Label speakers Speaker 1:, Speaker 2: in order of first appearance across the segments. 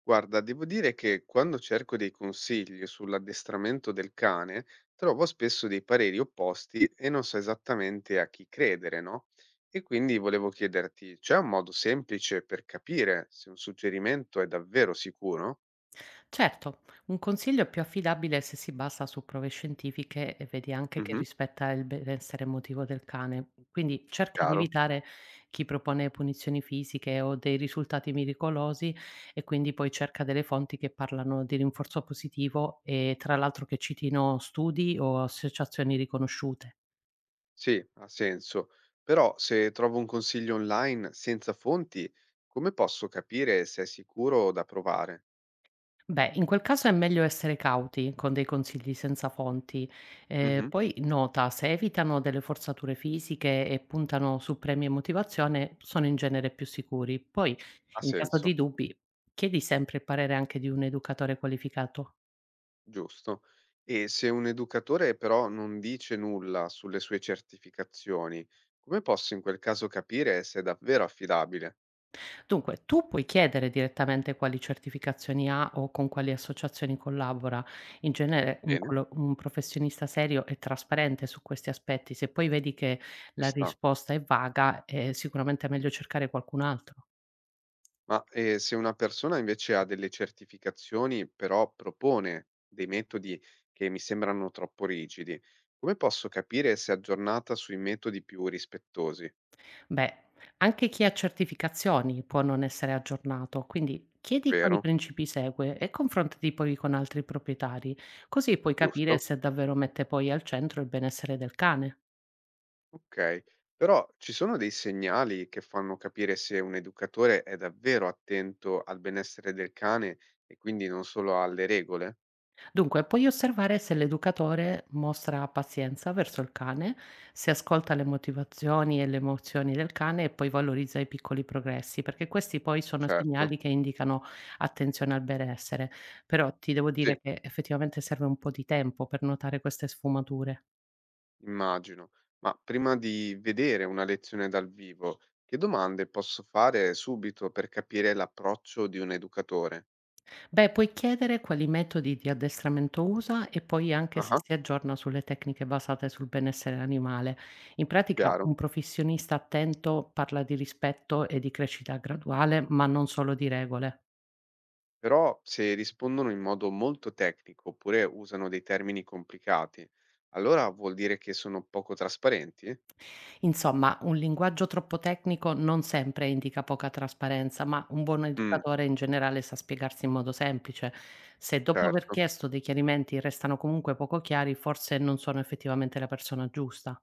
Speaker 1: Guarda, devo dire che quando cerco dei consigli sull'addestramento del cane, trovo spesso dei pareri opposti e non so esattamente a chi credere, no? E quindi volevo chiederti, c'è un modo semplice per capire se un suggerimento è davvero sicuro?
Speaker 2: Certo, un consiglio è più affidabile se si basa su prove scientifiche e vedi anche che
Speaker 1: Mhm,
Speaker 2: rispetta il benessere emotivo del cane. Quindi cerca di
Speaker 1: chiaro.
Speaker 2: evitare chi propone punizioni fisiche o dei risultati miracolosi e quindi poi cerca delle fonti che parlano di rinforzo positivo e tra l'altro che citino studi o associazioni riconosciute.
Speaker 1: Sì, ha senso. Però se trovo un consiglio online senza fonti, come posso capire se è sicuro da provare?
Speaker 2: Beh, in quel caso è meglio essere cauti con dei consigli senza fonti.
Speaker 1: Mhm,
Speaker 2: Poi nota, se evitano delle forzature fisiche e puntano su premi e motivazione, sono in genere più sicuri. Poi,
Speaker 1: ha
Speaker 2: in caso
Speaker 1: senso.
Speaker 2: di dubbi, chiedi sempre il parere anche di un educatore qualificato.
Speaker 1: Giusto. E se un educatore però non dice nulla sulle sue certificazioni, come posso in quel caso capire se è davvero affidabile?
Speaker 2: Dunque, tu puoi chiedere direttamente quali certificazioni ha o con quali associazioni collabora. In genere
Speaker 1: Bene,
Speaker 2: un professionista serio è trasparente su questi aspetti. Se poi vedi che
Speaker 1: ci
Speaker 2: la
Speaker 1: sta.
Speaker 2: risposta è vaga, è sicuramente meglio cercare qualcun altro.
Speaker 1: Ma se una persona invece ha delle certificazioni, però propone dei metodi che mi sembrano troppo rigidi, come posso capire se è aggiornata sui metodi più rispettosi?
Speaker 2: Beh, anche chi ha certificazioni può non essere aggiornato, quindi chiedi quali
Speaker 1: Vero?
Speaker 2: principi segue e confrontati poi con altri proprietari, così puoi capire
Speaker 1: Giusto?
Speaker 2: se davvero mette poi al centro il benessere del cane.
Speaker 1: Okay, però ci sono dei segnali che fanno capire se un educatore è davvero attento al benessere del cane e quindi non solo alle regole?
Speaker 2: Dunque, puoi osservare se l'educatore mostra pazienza verso il cane, se ascolta le motivazioni e le emozioni del cane e poi valorizza i piccoli progressi, perché questi poi sono
Speaker 1: Certo,
Speaker 2: segnali che indicano attenzione al benessere. Però ti devo
Speaker 1: sì,
Speaker 2: dire che effettivamente serve un po' di tempo per notare queste sfumature.
Speaker 1: immagino. Ma prima di vedere una lezione dal vivo, che domande posso fare subito per capire l'approccio di un educatore?
Speaker 2: Beh, puoi chiedere quali metodi di addestramento usa e poi anche se
Speaker 1: Ah,
Speaker 2: si aggiorna sulle tecniche basate sul benessere animale. In pratica,
Speaker 1: chiaro.
Speaker 2: un professionista attento parla di rispetto e di crescita graduale, ma non solo di regole.
Speaker 1: Però se rispondono in modo molto tecnico oppure usano dei termini complicati, allora vuol dire che sono poco trasparenti?
Speaker 2: Insomma, un linguaggio troppo tecnico non sempre indica poca trasparenza, ma un buon
Speaker 1: Mm,
Speaker 2: educatore in generale sa spiegarsi in modo semplice. Se dopo aver
Speaker 1: certo.
Speaker 2: chiesto dei chiarimenti restano comunque poco chiari, forse non sono effettivamente la persona giusta.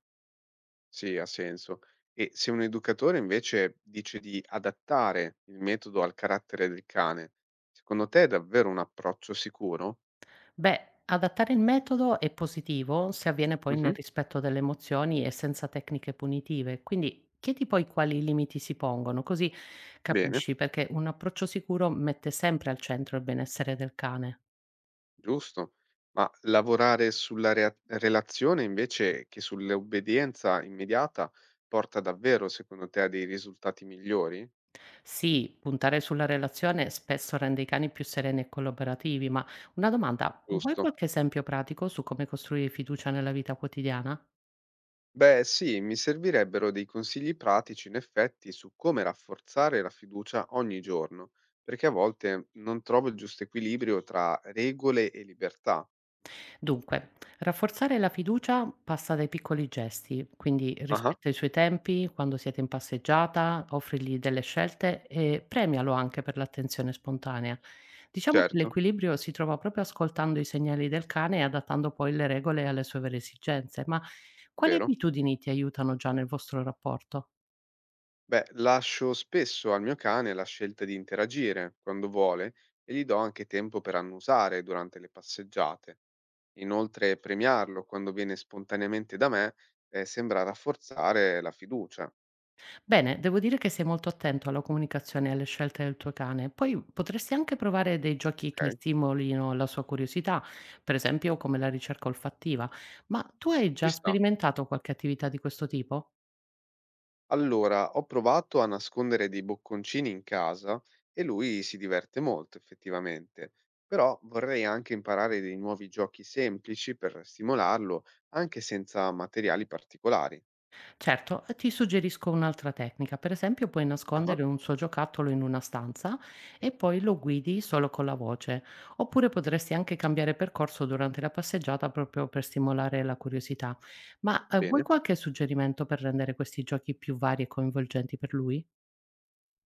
Speaker 1: Sì, ha senso. E se un educatore invece dice di adattare il metodo al carattere del cane, secondo te è davvero un approccio sicuro?
Speaker 2: Beh, adattare il metodo è positivo se avviene poi nel
Speaker 1: Mhm,
Speaker 2: rispetto delle emozioni e senza tecniche punitive. Quindi chiedi poi quali limiti si pongono, così
Speaker 1: bene,
Speaker 2: capisci perché un approccio sicuro mette sempre al centro il benessere del cane.
Speaker 1: giusto. Ma lavorare sulla relazione invece che sull'obbedienza immediata porta davvero, secondo te, a dei risultati migliori?
Speaker 2: Sì, puntare sulla relazione spesso rende i cani più sereni e collaborativi, ma una domanda, vuoi
Speaker 1: Giusto.
Speaker 2: qualche esempio pratico su come costruire fiducia nella vita quotidiana?
Speaker 1: Beh, sì, mi servirebbero dei consigli pratici, in effetti, su come rafforzare la fiducia ogni giorno, perché a volte non trovo il giusto equilibrio tra regole e libertà.
Speaker 2: Dunque, rafforzare la fiducia passa dai piccoli gesti, quindi
Speaker 1: Ah,
Speaker 2: rispetta i suoi tempi, quando siete in passeggiata, offrigli delle scelte e premialo anche per l'attenzione spontanea. Diciamo che
Speaker 1: certo,
Speaker 2: l'equilibrio si trova proprio ascoltando i segnali del cane e adattando poi le regole alle sue vere esigenze, ma quali
Speaker 1: vero.
Speaker 2: abitudini ti aiutano già nel vostro rapporto?
Speaker 1: Beh, lascio spesso al mio cane la scelta di interagire quando vuole e gli do anche tempo per annusare durante le passeggiate. Inoltre, premiarlo quando viene spontaneamente da me, sembra rafforzare la fiducia.
Speaker 2: Bene, devo dire che sei molto attento alla comunicazione e alle scelte del tuo cane. Poi potresti anche provare dei giochi che
Speaker 1: Ok,
Speaker 2: stimolino la sua curiosità, per esempio come la ricerca olfattiva. Ma tu hai
Speaker 1: ci
Speaker 2: già
Speaker 1: sta.
Speaker 2: sperimentato qualche attività di questo tipo?
Speaker 1: Allora, ho provato a nascondere dei bocconcini in casa e lui si diverte molto effettivamente, però vorrei anche imparare dei nuovi giochi semplici per stimolarlo, anche senza materiali particolari.
Speaker 2: Certo, e ti suggerisco un'altra tecnica. Per esempio, puoi
Speaker 1: Ah,
Speaker 2: nascondere un suo giocattolo in una stanza e poi lo guidi solo con la voce. Oppure potresti anche cambiare percorso durante la passeggiata proprio per stimolare la curiosità. Ma vuoi
Speaker 1: bene.
Speaker 2: qualche suggerimento per rendere questi giochi più vari e coinvolgenti per lui?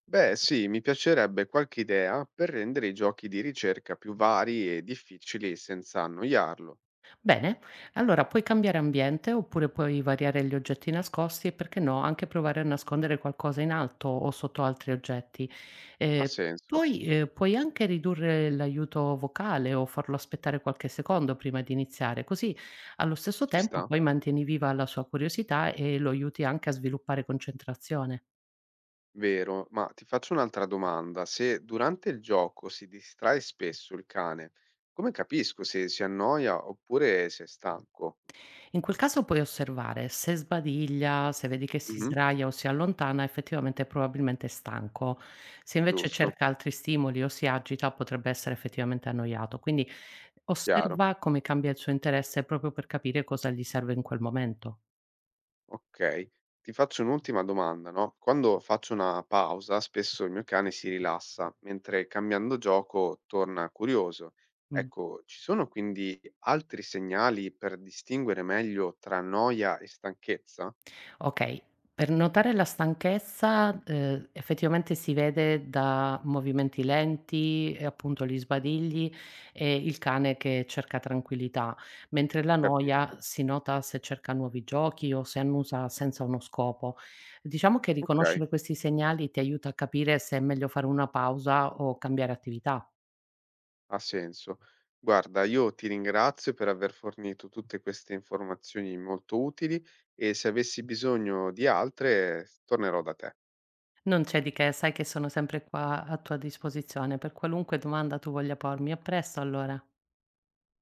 Speaker 1: Beh, sì, mi piacerebbe qualche idea per rendere i giochi di ricerca più vari e difficili senza annoiarlo.
Speaker 2: Bene, allora puoi cambiare ambiente oppure puoi variare gli oggetti nascosti e perché no, anche provare a nascondere qualcosa in alto o sotto altri oggetti.
Speaker 1: Ha
Speaker 2: Eh,
Speaker 1: senso?
Speaker 2: poi eh, puoi anche ridurre l'aiuto vocale o farlo aspettare qualche secondo prima di iniziare, così allo stesso
Speaker 1: Ci
Speaker 2: tempo
Speaker 1: sta?
Speaker 2: poi mantieni viva la sua curiosità e lo aiuti anche a sviluppare concentrazione.
Speaker 1: Vero, ma ti faccio un'altra domanda. Se durante il gioco si distrae spesso il cane, come capisco se si annoia oppure se è stanco?
Speaker 2: In quel caso puoi osservare se sbadiglia, se vedi che si
Speaker 1: Mhm,
Speaker 2: sdraia o si allontana, effettivamente probabilmente è stanco. Se invece
Speaker 1: giusto,
Speaker 2: cerca altri stimoli o si agita, potrebbe essere effettivamente annoiato. Quindi
Speaker 1: chiaro.
Speaker 2: osserva come cambia il suo interesse proprio per capire cosa gli serve in quel momento.
Speaker 1: Ok. Ti faccio un'ultima domanda, no? Quando faccio una pausa, spesso il mio cane si rilassa, mentre cambiando gioco torna curioso.
Speaker 2: Mm.
Speaker 1: Ecco, ci sono quindi altri segnali per distinguere meglio tra noia e stanchezza?
Speaker 2: Okay, per notare la stanchezza, effettivamente si vede da movimenti lenti e appunto gli sbadigli e il cane che cerca tranquillità, mentre la
Speaker 1: Capisco.
Speaker 2: noia si nota se cerca nuovi giochi o se annusa senza uno scopo. Diciamo che
Speaker 1: Ok.
Speaker 2: riconoscere questi segnali ti aiuta a capire se è meglio fare una pausa o cambiare attività.
Speaker 1: Ha senso. Guarda, io ti ringrazio per aver fornito tutte queste informazioni molto utili e se avessi bisogno di altre, tornerò da te.
Speaker 2: Non c'è di che, sai che sono sempre qua a tua disposizione per qualunque domanda tu voglia pormi. A presto allora.